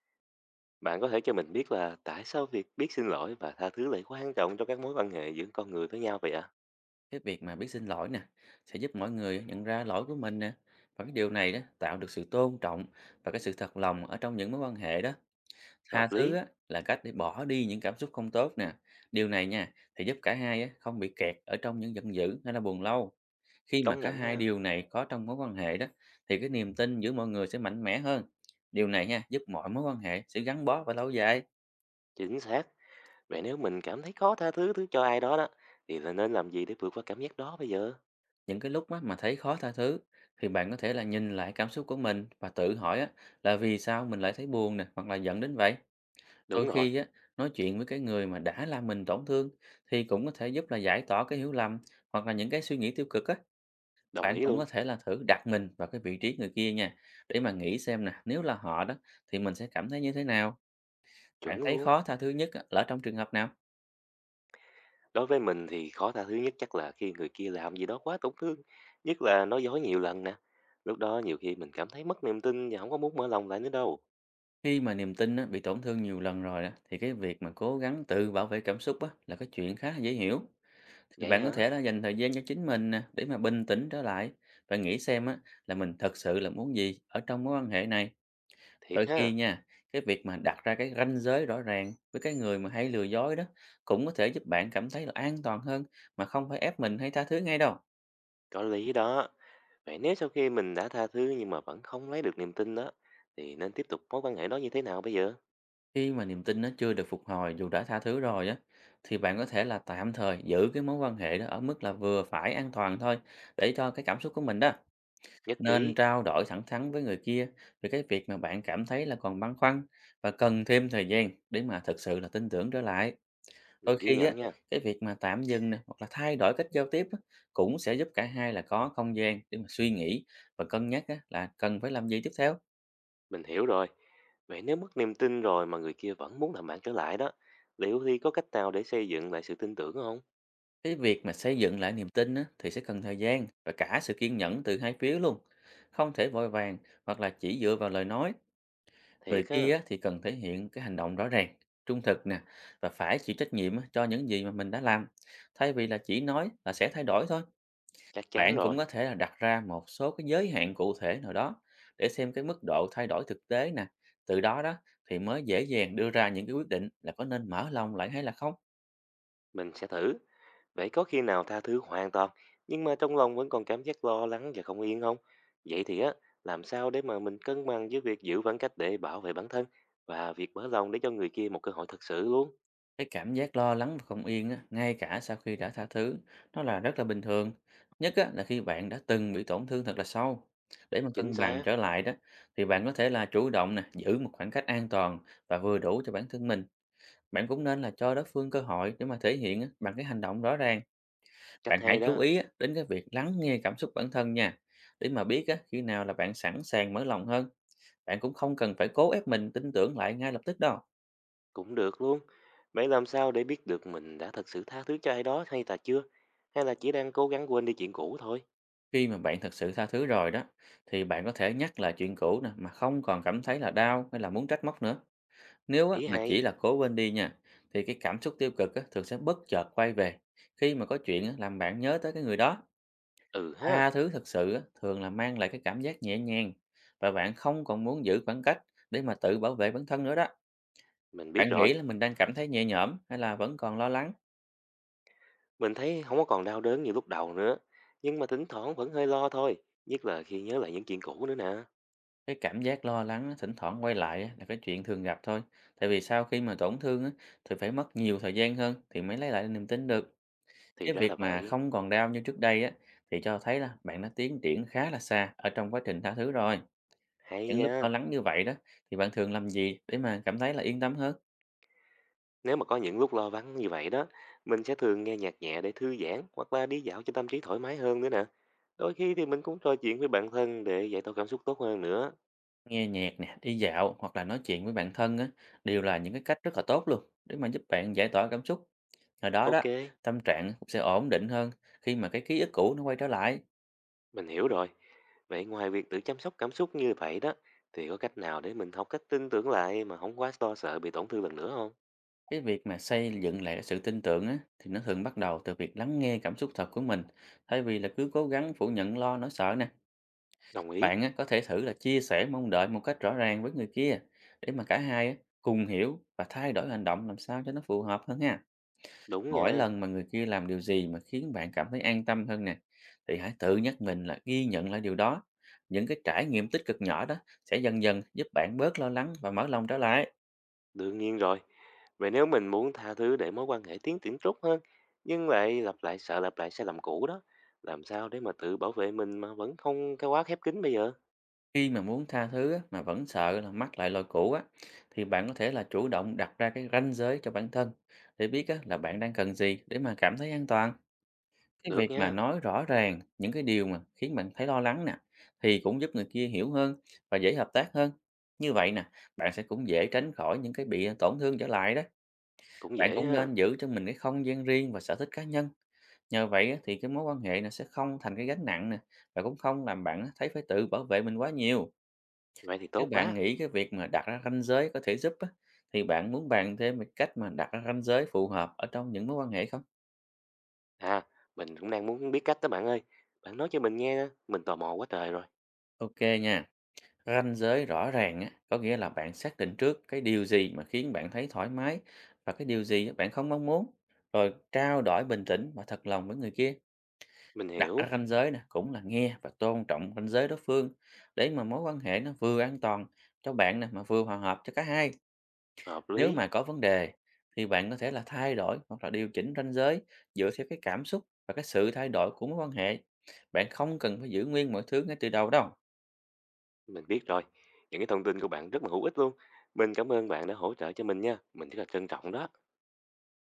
Bạn có thể cho mình biết là tại sao việc biết xin lỗi và tha thứ lại quan trọng trong các mối quan hệ giữa con người với nhau vậy ạ? Cái việc mà biết xin lỗi nè sẽ giúp mọi người nhận ra lỗi của mình nè, và cái điều này đó tạo được sự tôn trọng và cái sự thật lòng ở trong những mối quan hệ đó. Tha Hợp thứ lý, á, là cách để bỏ đi những cảm xúc không tốt nè. Điều này nha thì giúp cả hai á, không bị kẹt ở trong những giận dữ hay là buồn lâu. Khi mà công cả nhận hai nha, điều này có trong mối quan hệ đó thì cái niềm tin giữa mọi người sẽ mạnh mẽ hơn. Điều này nha giúp mọi mối quan hệ sẽ gắn bó và lâu dài. chính xác. Vậy nếu mình cảm thấy khó tha thứ thứ cho ai đó đó, thì là nên làm gì để vượt qua cảm giác đó bây giờ? Những cái lúc á, mà thấy khó tha thứ thì bạn có thể là nhìn lại cảm xúc của mình và tự hỏi á, là vì sao mình lại thấy buồn nè, hoặc là giận đến vậy. Đôi Đúng rồi, khi á, nói chuyện với cái người mà đã làm mình tổn thương thì cũng có thể giúp là giải tỏa cái hiểu lầm, hoặc là những cái suy nghĩ tiêu cực á. đồng Bạn ý cũng luôn, có thể là thử đặt mình vào cái vị trí người kia nha, để mà nghĩ xem nè, nếu là họ đó thì mình sẽ cảm thấy như thế nào. Bạn chuẩn thấy luôn. khó tha thứ nhất á, là ở trong trường hợp nào? Đối với mình thì khó tha thứ nhất chắc là khi người kia làm gì đó quá tổn thương, nhất là nói dối nhiều lần nè. Lúc đó nhiều khi mình cảm thấy mất niềm tin và không có muốn mở lòng lại nữa đâu. Khi mà niềm tin á, bị tổn thương nhiều lần rồi á, thì cái việc mà cố gắng tự bảo vệ cảm xúc á, là cái chuyện khá là dễ hiểu. Thì Vậy bạn có hả? thể là dành thời gian cho chính mình nè, để mà bình tĩnh trở lại và nghĩ xem á, là mình thật sự là muốn gì ở trong mối quan hệ này. Thiệt Đôi khi ha. nha, cái việc mà đặt ra cái ranh giới rõ ràng với cái người mà hay lừa dối đó cũng có thể giúp bạn cảm thấy là an toàn hơn, mà không phải ép mình hay tha thứ ngay đâu. Có lý đó. Vậy nếu sau khi mình đã tha thứ nhưng mà vẫn không lấy được niềm tin đó, thì nên tiếp tục mối quan hệ đó như thế nào bây giờ? Khi mà niềm tin nó chưa được phục hồi dù đã tha thứ rồi á, thì bạn có thể là tạm thời giữ cái mối quan hệ đó ở mức là vừa phải an toàn thôi, để cho cái cảm xúc của mình đó. Nhất Nên trí, trao đổi thẳng thắn với người kia về cái việc mà bạn cảm thấy là còn băn khoăn, và cần thêm thời gian để mà thực sự là tin tưởng trở lại. Đôi mình ghi khi á, nhận nha, cái việc mà tạm dừng nè, hoặc là thay đổi cách giao tiếp á, cũng sẽ giúp cả hai là có không gian để mà suy nghĩ và cân nhắc á, là cần phải làm gì tiếp theo. mình hiểu rồi. Vậy nếu mất niềm tin rồi mà người kia vẫn muốn làm bạn trở lại đó, liệu thì có cách nào để xây dựng lại sự tin tưởng không? Cái việc mà xây dựng lại niềm tin á, thì sẽ cần thời gian và cả sự kiên nhẫn từ hai phía luôn. Không thể vội vàng, hoặc là chỉ dựa vào lời nói. Người Thiệt ha, kia á, thì cần thể hiện cái hành động rõ ràng, trung thực nè, và phải chịu trách nhiệm á, cho những gì mà mình đã làm. Thay vì là chỉ nói là sẽ thay đổi thôi. chắc Bạn chắn cũng rồi. có thể là đặt ra một số cái giới hạn cụ thể nào đó, để xem cái mức độ thay đổi thực tế nè. Từ đó đó thì mới dễ dàng đưa ra những cái quyết định là có nên mở lòng lại hay là không. Mình sẽ thử. Vậy có khi nào tha thứ hoàn toàn, nhưng mà trong lòng vẫn còn cảm giác lo lắng và không yên không? Vậy thì á, làm sao để mà mình cân bằng giữa việc giữ khoảng cách để bảo vệ bản thân và việc mở lòng để cho người kia một cơ hội thật sự luôn? Cái cảm giác lo lắng và không yên á, ngay cả sau khi đã tha thứ, nó là rất là bình thường. Nhất á, là khi bạn đã từng bị tổn thương thật là sâu. Để mà Chính cân bằng xác, trở lại đó, thì bạn có thể là chủ động nè, giữ một khoảng cách an toàn và vừa đủ cho bản thân mình. Bạn cũng nên là cho đối phương cơ hội để mà thể hiện á, bằng cái hành động rõ ràng. cách Bạn hãy hay chú đó, ý á, đến cái việc lắng nghe cảm xúc bản thân nha, để mà biết á, khi nào là bạn sẵn sàng mở lòng hơn. Bạn cũng không cần phải cố ép mình tin tưởng lại ngay lập tức đâu. cũng được luôn. Vậy làm sao để biết được mình đã thật sự tha thứ cho ai đó hay là chưa? Hay là chỉ đang cố gắng quên đi chuyện cũ thôi? Khi mà bạn thật sự tha thứ rồi đó, thì bạn có thể nhắc lại chuyện cũ nè mà không còn cảm thấy là đau hay là muốn trách móc nữa. Nếu á, Ý mà hay. chỉ là cố quên đi nha, thì cái cảm xúc tiêu cực á, thường sẽ bất chợt quay về khi mà có chuyện á, làm bạn nhớ tới cái người đó. Ừ ha, Tha thứ thật sự á, thường là mang lại cái cảm giác nhẹ nhàng, và bạn không còn muốn giữ khoảng cách để mà tự bảo vệ bản thân nữa đó. mình biết Bạn nghĩ rồi. là mình đang cảm thấy nhẹ nhõm hay là vẫn còn lo lắng? Mình thấy không có còn đau đớn như lúc đầu nữa, nhưng mà thỉnh thoảng vẫn hơi lo thôi, nhất là khi nhớ lại những chuyện cũ nữa nè. Cái cảm giác lo lắng á, thỉnh thoảng quay lại á, là cái chuyện thường gặp thôi. Tại vì sau khi mà tổn thương á, thì phải mất nhiều thời gian hơn thì mới lấy lại niềm tin được. Thì Cái ra việc là mà vậy, không còn đau như trước đây á, thì cho thấy là bạn đã tiến triển khá là xa ở trong quá trình tha thứ rồi. hay Những lúc nha. lo lắng như vậy đó thì bạn thường làm gì để mà cảm thấy là yên tâm hơn? Nếu mà có những lúc lo lắng như vậy đó, mình sẽ thường nghe nhạc nhẹ để thư giãn hoặc là đi dạo cho tâm trí thoải mái hơn nữa nè. Đôi khi thì mình cũng trò chuyện với bản thân để giải tỏa cảm xúc tốt hơn nữa. Nghe nhạc nè, đi dạo hoặc là nói chuyện với bạn thân á, đều là những cái cách rất là tốt luôn để mà giúp bạn giải tỏa cảm xúc. Nhờ đó đó, Ok, tâm trạng cũng sẽ ổn định hơn khi mà cái ký ức cũ nó quay trở lại. mình hiểu rồi. Vậy ngoài việc tự chăm sóc cảm xúc như vậy đó, thì có cách nào để mình học cách tin tưởng lại mà không quá lo sợ bị tổn thương lần nữa không? Cái việc mà xây dựng lại sự tin tưởng á, thì nó thường bắt đầu từ việc lắng nghe cảm xúc thật của mình, thay vì là cứ cố gắng phủ nhận lo nỗi sợ nè. Đồng ý, Bạn á, có thể thử là chia sẻ mong đợi một cách rõ ràng với người kia, để mà cả hai á, cùng hiểu và thay đổi hành động làm sao cho nó phù hợp hơn ha. đúng Mỗi nha. lần mà người kia làm điều gì mà khiến bạn cảm thấy an tâm hơn nè, thì hãy tự nhắc mình là ghi nhận lại điều đó. Những cái trải nghiệm tích cực nhỏ đó sẽ dần dần giúp bạn bớt lo lắng và mở lòng trở lại. Đương nhiên rồi. Vậy nếu mình muốn tha thứ để mối quan hệ tiến triển tốt hơn, nhưng lại lặp lại sợ lặp lại sai lầm cũ đó, làm sao để mà tự bảo vệ mình mà vẫn không cái quá khép kín bây giờ? Khi mà muốn tha thứ á, mà vẫn sợ là mắc lại lỗi cũ á, thì bạn có thể là chủ động đặt ra cái ranh giới cho bản thân, để biết á, là bạn đang cần gì để mà cảm thấy an toàn. Cái Được việc mà nha, nói rõ ràng những cái điều mà khiến bạn thấy lo lắng nè, thì cũng giúp người kia hiểu hơn và dễ hợp tác hơn. Như vậy nè, bạn sẽ cũng dễ tránh khỏi những cái bị tổn thương trở lại đó. cũng Bạn dễ cũng ha. nên giữ cho mình cái không gian riêng và sở thích cá nhân. Nhờ vậy á, thì cái mối quan hệ này sẽ không thành cái gánh nặng nè, và cũng không làm bạn á, thấy phải tự bảo vệ mình quá nhiều. Vậy thì Nếu tốt bạn quá. nghĩ cái việc mà đặt ra ranh giới có thể giúp á, thì bạn muốn bàn thêm về cách mà đặt ra ranh giới phù hợp ở trong những mối quan hệ không? À, mình cũng đang muốn biết cách đó bạn ơi. Bạn nói cho mình nghe, nè, mình tò mò quá trời rồi. Ok nha. Ranh giới rõ ràng á, có nghĩa là bạn xác định trước cái điều gì mà khiến bạn thấy thoải mái, và cái điều gì bạn không mong muốn. Rồi trao đổi bình tĩnh và thật lòng với người kia. Mình Đặt hiểu, ra ranh giới nè, cũng là nghe và tôn trọng ranh giới đối phương, để mà mối quan hệ nó vừa an toàn cho bạn nè, mà vừa hòa hợp cho cả hai. hợp Nếu lý, mà có vấn đề thì bạn có thể là thay đổi hoặc là điều chỉnh ranh giới, dựa theo cái cảm xúc và cái sự thay đổi của mối quan hệ. Bạn không cần phải giữ nguyên mọi thứ ngay từ đầu đâu. mình biết rồi. Những cái thông tin của bạn rất là hữu ích luôn. Mình cảm ơn bạn đã hỗ trợ cho mình nha. Mình rất là trân trọng đó.